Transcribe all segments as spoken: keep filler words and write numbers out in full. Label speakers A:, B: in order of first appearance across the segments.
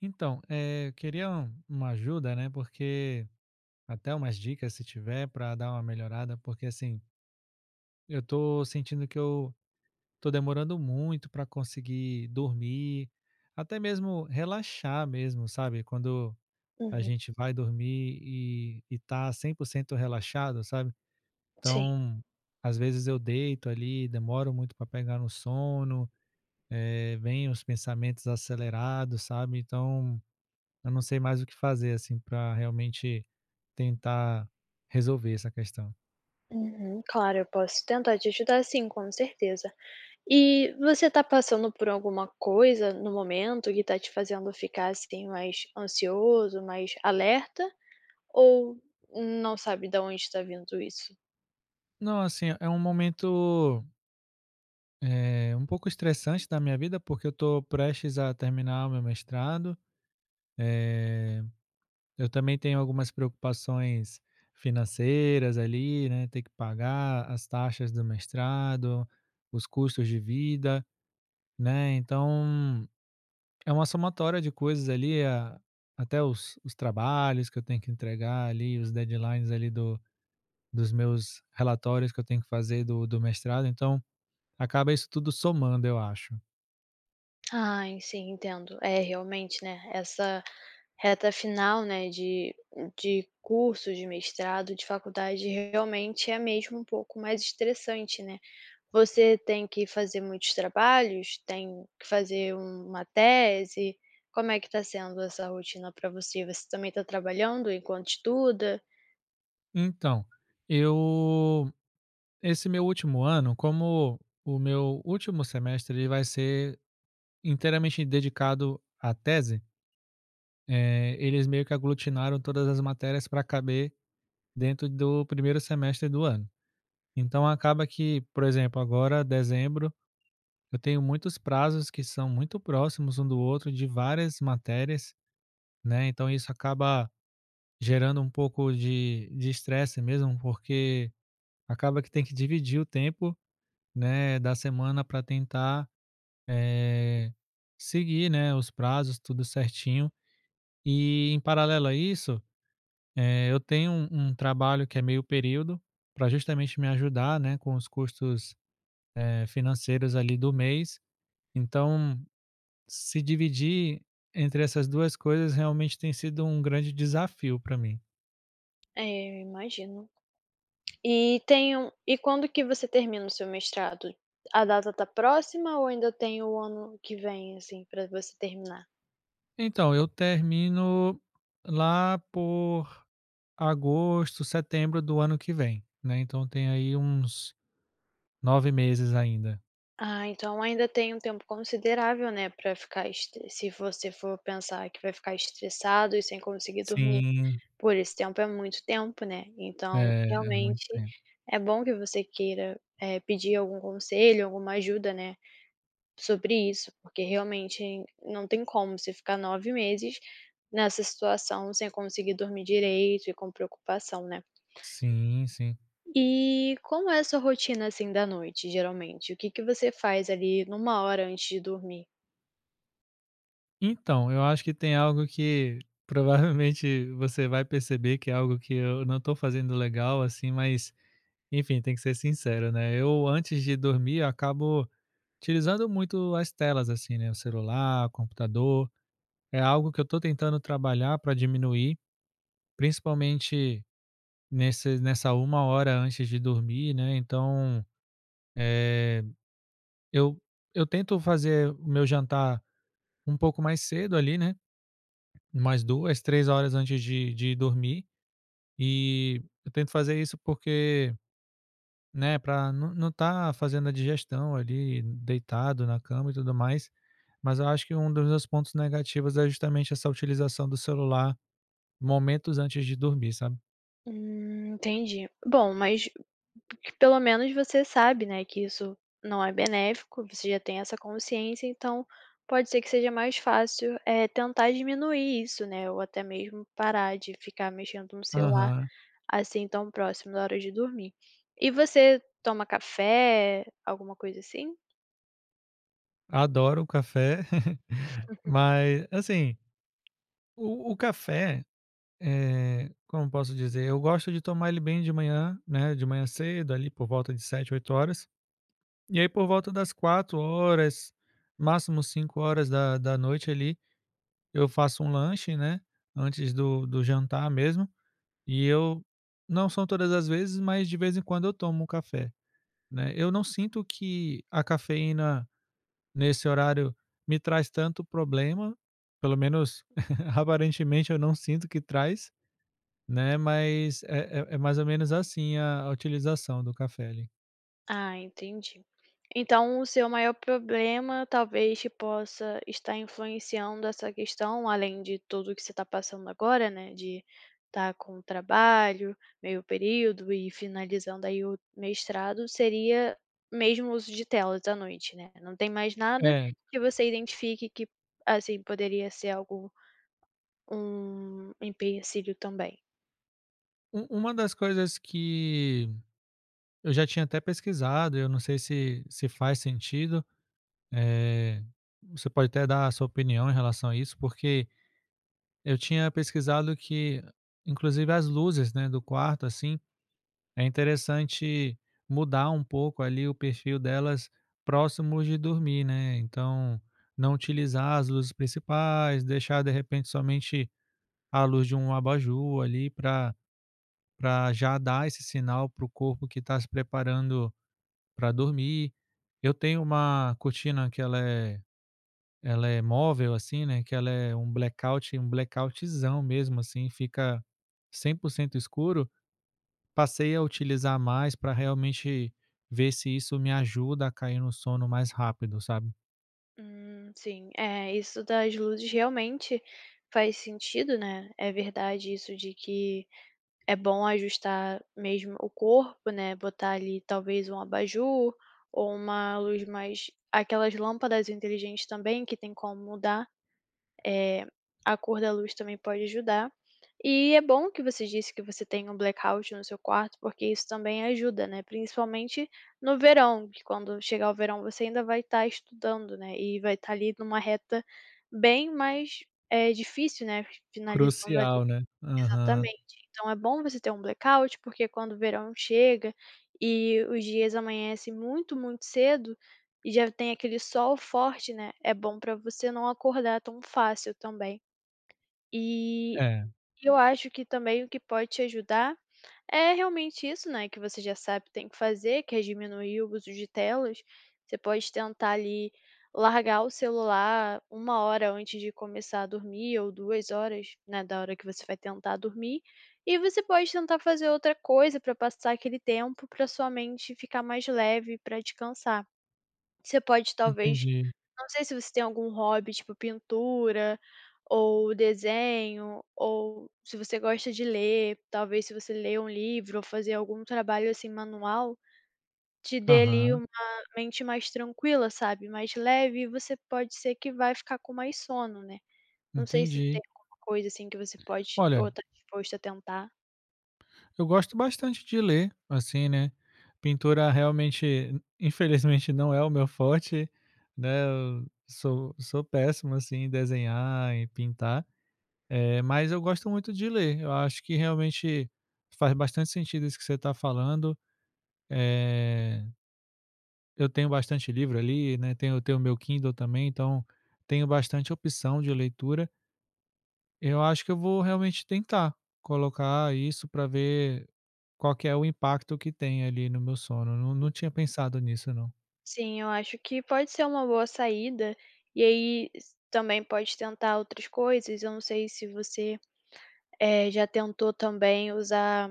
A: Então, eh, eu queria um- uma ajuda, né? Porque até umas dicas se tiver para dar uma melhorada, porque assim, eu tô sentindo que eu tô demorando muito para conseguir dormir, até mesmo relaxar mesmo, sabe? Quando a
B: Uhum,
A: gente vai dormir e, e tá cem por cento relaxado, sabe?
B: sim.
A: Então, às vezes eu deito ali, demoro muito para pegar no sono, eh, vem os pensamentos acelerados, sabe? Então, Eu não sei mais o que fazer, assim, para realmente tentar resolver essa questão.
B: Uhum, claro, eu posso tentar te ajudar sim, com certeza. E você tá passando por alguma coisa no momento que tá te fazendo ficar assim mais ansioso, mais alerta? Ou não sabe de onde está vindo isso?
A: Não, assim, é um momento, eh, um pouco estressante da minha vida, porque eu estou prestes a terminar o meu mestrado. Eh, eu também tenho algumas preocupações financeiras ali, né, ter que pagar as taxas do mestrado, os custos de vida, né, então É uma somatória de coisas ali, a até os os trabalhos que eu tenho que entregar ali, os deadlines ali do dos meus relatórios que eu tenho que fazer do do mestrado, então acaba isso tudo somando, eu acho.
B: Ai, sim, entendo. É, realmente, né, essa reta final, né, de de curso, de mestrado, de faculdade, realmente é mesmo um pouco mais estressante, né? Você tem que fazer muitos trabalhos? Tem que fazer uma tese? Como é que tá sendo essa rotina para você? Você também tá trabalhando enquanto estuda?
A: Então, eu esse meu último ano, como o meu último semestre ele vai ser inteiramente dedicado à tese, eh, eles meio que aglutinaram todas as matérias para caber dentro do primeiro semestre do ano. Então acaba que, por exemplo, agora dezembro Eu tenho muitos prazos que são muito próximos um do outro, de várias matérias, né, então isso acaba gerando um pouco de de estresse mesmo, porque acaba que tem que dividir o tempo, né, da semana para tentar, eh, seguir, né, os prazos, tudo certinho. E em paralelo a isso, eh, eu tenho um um trabalho que é meio período, para justamente me ajudar, né, com os custos, eh, financeiros ali do mês. Então Se dividir entre essas duas coisas realmente tem sido um grande desafio para mim.
B: É, eu imagino. E tem um e quando que você termina o seu mestrado? A data tá próxima ou ainda tem o ano que vem, assim, para você terminar?
A: Então, eu termino lá por agosto, setembro do ano que vem, né, então tem aí uns nove meses ainda.
B: Ah, então ainda tem um tempo considerável, né, para ficar estre se você for pensar que vai ficar estressado e sem conseguir dormir.
A: Sim,
B: Por esse tempo é muito tempo, né, então
A: é, é muito
B: realmente
A: tempo.
B: é bom que você queira, eh, pedir algum conselho, alguma ajuda, né, sobre isso, porque realmente não tem como você ficar nove meses nessa situação sem conseguir dormir direito e com preocupação, né.
A: Sim, sim.
B: E como é a sua rotina, assim, da noite, geralmente? O que que você faz ali, numa hora antes de dormir?
A: Então, eu acho que tem algo que provavelmente você vai perceber que é algo que eu não estou fazendo legal, assim, mas, enfim, tem que ser sincero, né, eu antes de dormir eu acabo Utilizando muito as telas, assim, né, o celular, o computador, é algo que eu estou tentando trabalhar para diminuir, principalmente nesse nessa uma hora antes de dormir, né, então, eh, eu eu tento fazer o meu jantar um pouco mais cedo ali, né, umas duas, três horas antes de de dormir, e eu tento fazer isso porque, né, para não não tá fazendo a digestão ali, deitado na cama e tudo mais, mas eu acho que um dos meus pontos negativos é justamente essa utilização do celular momentos antes de dormir, sabe.
B: Hum, entendi. Bom, mas Que pelo menos você sabe, né, que isso não é benéfico, você já tem essa consciência, então pode ser que seja mais fácil, eh, tentar diminuir isso, né, ou até mesmo parar de ficar mexendo no celular
A: Aham.
B: assim tão próximo da hora de dormir. E você toma café, alguma coisa assim?
A: Adoro o café, mas, assim, o o café, eh, como posso dizer, eu gosto de tomar ele bem de manhã, né, de manhã cedo, ali por volta de sete, oito horas. E aí por volta das quatro horas, máximo cinco horas da da noite ali, eu faço um lanche, né, antes do do jantar mesmo, E eu não são todas as vezes, mas de vez em quando eu tomo um café, né. Eu não sinto que a cafeína nesse horário me traz tanto problema, pelo menos aparentemente eu não sinto que traz, né, mas é é é mais ou menos assim a a utilização do café ali.
B: Ah, entendi. Então, o seu maior problema talvez que possa estar influenciando essa questão, além de tudo que você está passando agora, né? De estar com o trabalho, meio período e finalizando aí o mestrado, seria mesmo o uso de telas à noite, né? Não tem mais nada
A: É,
B: que você identifique que, assim, poderia ser algo, um empecilho também.
A: u uma das coisas que eu já tinha até pesquisado, eu não sei se se faz sentido, eh, você pode até dar a sua opinião em relação a isso, porque eu tinha pesquisado que, inclusive as luzes, né, do quarto, assim, é interessante mudar um pouco ali o perfil delas próximos de dormir, né? Então, não utilizar as luzes principais, deixar de repente somente a luz de um abajur ali para para já dar esse sinal para o corpo que está se preparando para dormir. Eu tenho uma cortina que ela é ela é móvel, assim, né, que ela é um blackout, um blackoutzão mesmo, assim, fica cem por cento escuro. Passei a utilizar mais para realmente ver se isso me ajuda a cair no sono mais rápido, sabe.
B: Hum, sim. É, isso das luzes realmente faz sentido, né? É verdade isso de que é bom ajustar mesmo o corpo, né? Botar ali talvez um abajur ou uma luz mais. Aquelas lâmpadas inteligentes também que tem como mudar. Eh, a cor da luz também pode ajudar. E é bom que você disse que você tem um blackout no seu quarto, porque isso também ajuda, né, principalmente no verão, que quando chegar o verão você ainda vai estar estudando, né, e vai estar ali numa reta bem mais, é difícil, né, finalizando ali.
A: Crucial, né. Aham.
B: Exatamente. Então é bom você ter um blackout, porque quando o verão chega e os dias amanhecem muito, muito cedo e já tem aquele sol forte, né, é bom para você não acordar tão fácil também. E
A: É,
B: eu acho que também o que pode te ajudar é realmente isso, né, que você já sabe que tem que fazer, que é diminuir o uso de telas. Você pode tentar ali largar o celular uma hora antes de começar a dormir ou duas horas, né, da hora que você vai tentar dormir. E você pode tentar fazer outra coisa para passar aquele tempo, para sua mente ficar mais leve, para descansar. Você pode talvez,
A: entendi.
B: não sei se você tem algum hobby, tipo pintura, ou desenho, ou se você gosta de ler, talvez se você ler um livro ou fazer algum trabalho, assim, manual, te dê ali
A: Aham,
B: uma mente mais tranquila, sabe, mais leve e você pode ser que vai ficar com mais sono, né. Não sei se
A: entendi.
B: tem alguma coisa, assim, que você pode
A: Olha,
B: ou tá disposto a tentar.
A: eu gosto bastante de ler, assim, né. Pintura realmente, infelizmente, não é o meu forte, né, eu sou sou péssimo, assim, em desenhar, em pintar. Eh, mas eu gosto muito de ler. Eu acho que realmente faz bastante sentido isso que você está falando. Eh, eu tenho bastante livro ali, né, tenho tenho o meu Kindle também, então tenho bastante opção de leitura. Eu acho que eu vou realmente tentar colocar isso para ver qual que é o impacto que tem ali no meu sono. Não não tinha pensado nisso não.
B: Sim, eu acho que pode ser uma boa saída, e aí s também pode tentar outras coisas, eu não sei se você Eh, já tentou também usar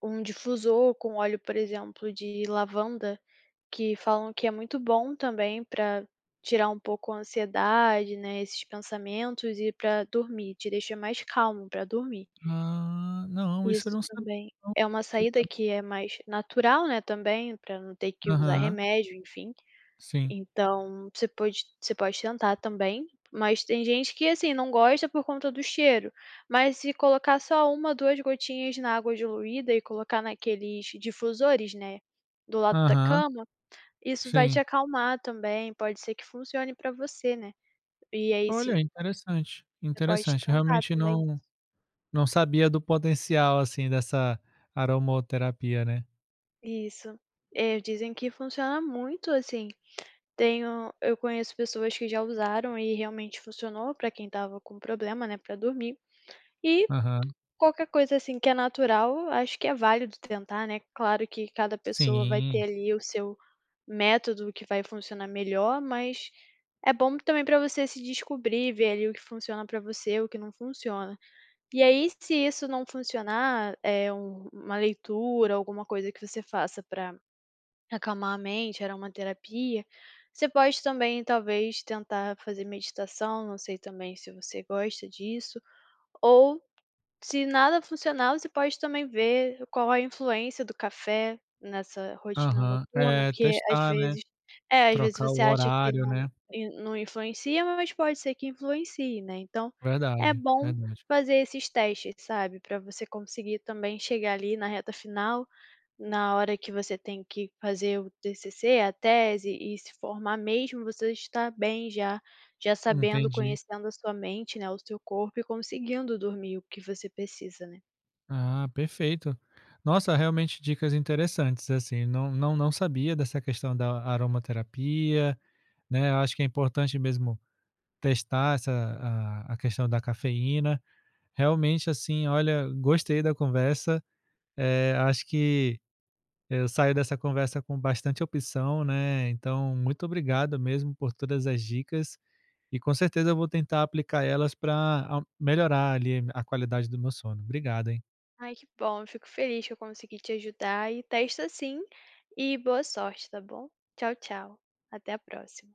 B: um difusor com óleo, por exemplo, de lavanda, que falam que é muito bom também para tirar um pouco a ansiedade, né, esses pensamentos e para dormir, te deixa mais calmo para dormir.
A: Ah, não, isso eu
B: Isso
A: não sabia
B: também
A: não.
B: é uma
A: Que
B: saída
A: legal.
B: que é mais natural, né, também, para não ter que usar
A: Aham,
B: remédio, enfim.
A: sim.
B: Então, você pode você pode tentar também, mas tem gente que, assim, não gosta por conta do cheiro, mas se colocar só uma duas gotinhas na água diluída e colocar naqueles difusores, né, do lado da
A: Aham,
B: cama, isso vai te
A: sim.
B: acalmar também, pode ser que funcione pra você, né. E aí se
A: Olha, interessante,
B: Você pode
A: interessante.
B: tentar
A: Realmente
B: também.
A: não não sabia do potencial, assim, dessa aromoterapia, né.
B: Isso. É, dizem que funciona muito, assim, tenho eu conheço pessoas que já usaram e realmente funcionou pra quem estava com problema, né, pra dormir, e
A: Aham.
B: qualquer coisa, assim, que é natural, acho que é válido tentar, né. Claro que cada pessoa vai ter
A: Sim.
B: ali o seu método que vai funcionar melhor, mas é bom também para você se descobrir, ver ali o que funciona para você, o que não funciona. E aí, se isso não funcionar, é um uma leitura, alguma coisa que você faça para acalmar a mente, era uma terapia, você pode também, talvez, tentar fazer meditação, não sei também se você gosta disso, ou se nada funcionar, você pode também ver qual é a influência do café nessa rotina
A: Aham.
B: noturna,
A: É,
B: porque às
A: testar, né,
B: vezes é, às vezes
A: trocar
B: você
A: o
B: acha que
A: horário,
B: não
A: né.
B: e não influencia, mas pode ser que influencie, né. Então, é
A: Verdade,
B: bom
A: verdade.
B: fazer esses testes, sabe, para você conseguir também chegar ali na reta final na hora que você tem que fazer o T C C, a tese, e se formar mesmo, você está bem já, já sabendo,
A: Entendi.
B: conhecendo a sua mente, né, o seu corpo e conseguindo dormir o que você precisa, né.
A: Ah, perfeito. Nossa, realmente dicas interessantes, assim, não não não sabia dessa questão da aromaterapia, né, eu acho que é importante mesmo testar essa a a questão da cafeína. Realmente, assim, olha, gostei da conversa. Eh, acho que eu saio dessa conversa com bastante opção, né. Então, muito obrigado mesmo por todas as dicas e com certeza eu vou tentar aplicar elas para melhorar ali a qualidade do meu sono. Obrigado, hein.
B: Ai, que bom, eu fico feliz que eu consegui te ajudar e testa sim, e boa sorte, tá bom? Tchau, tchau, até a próxima.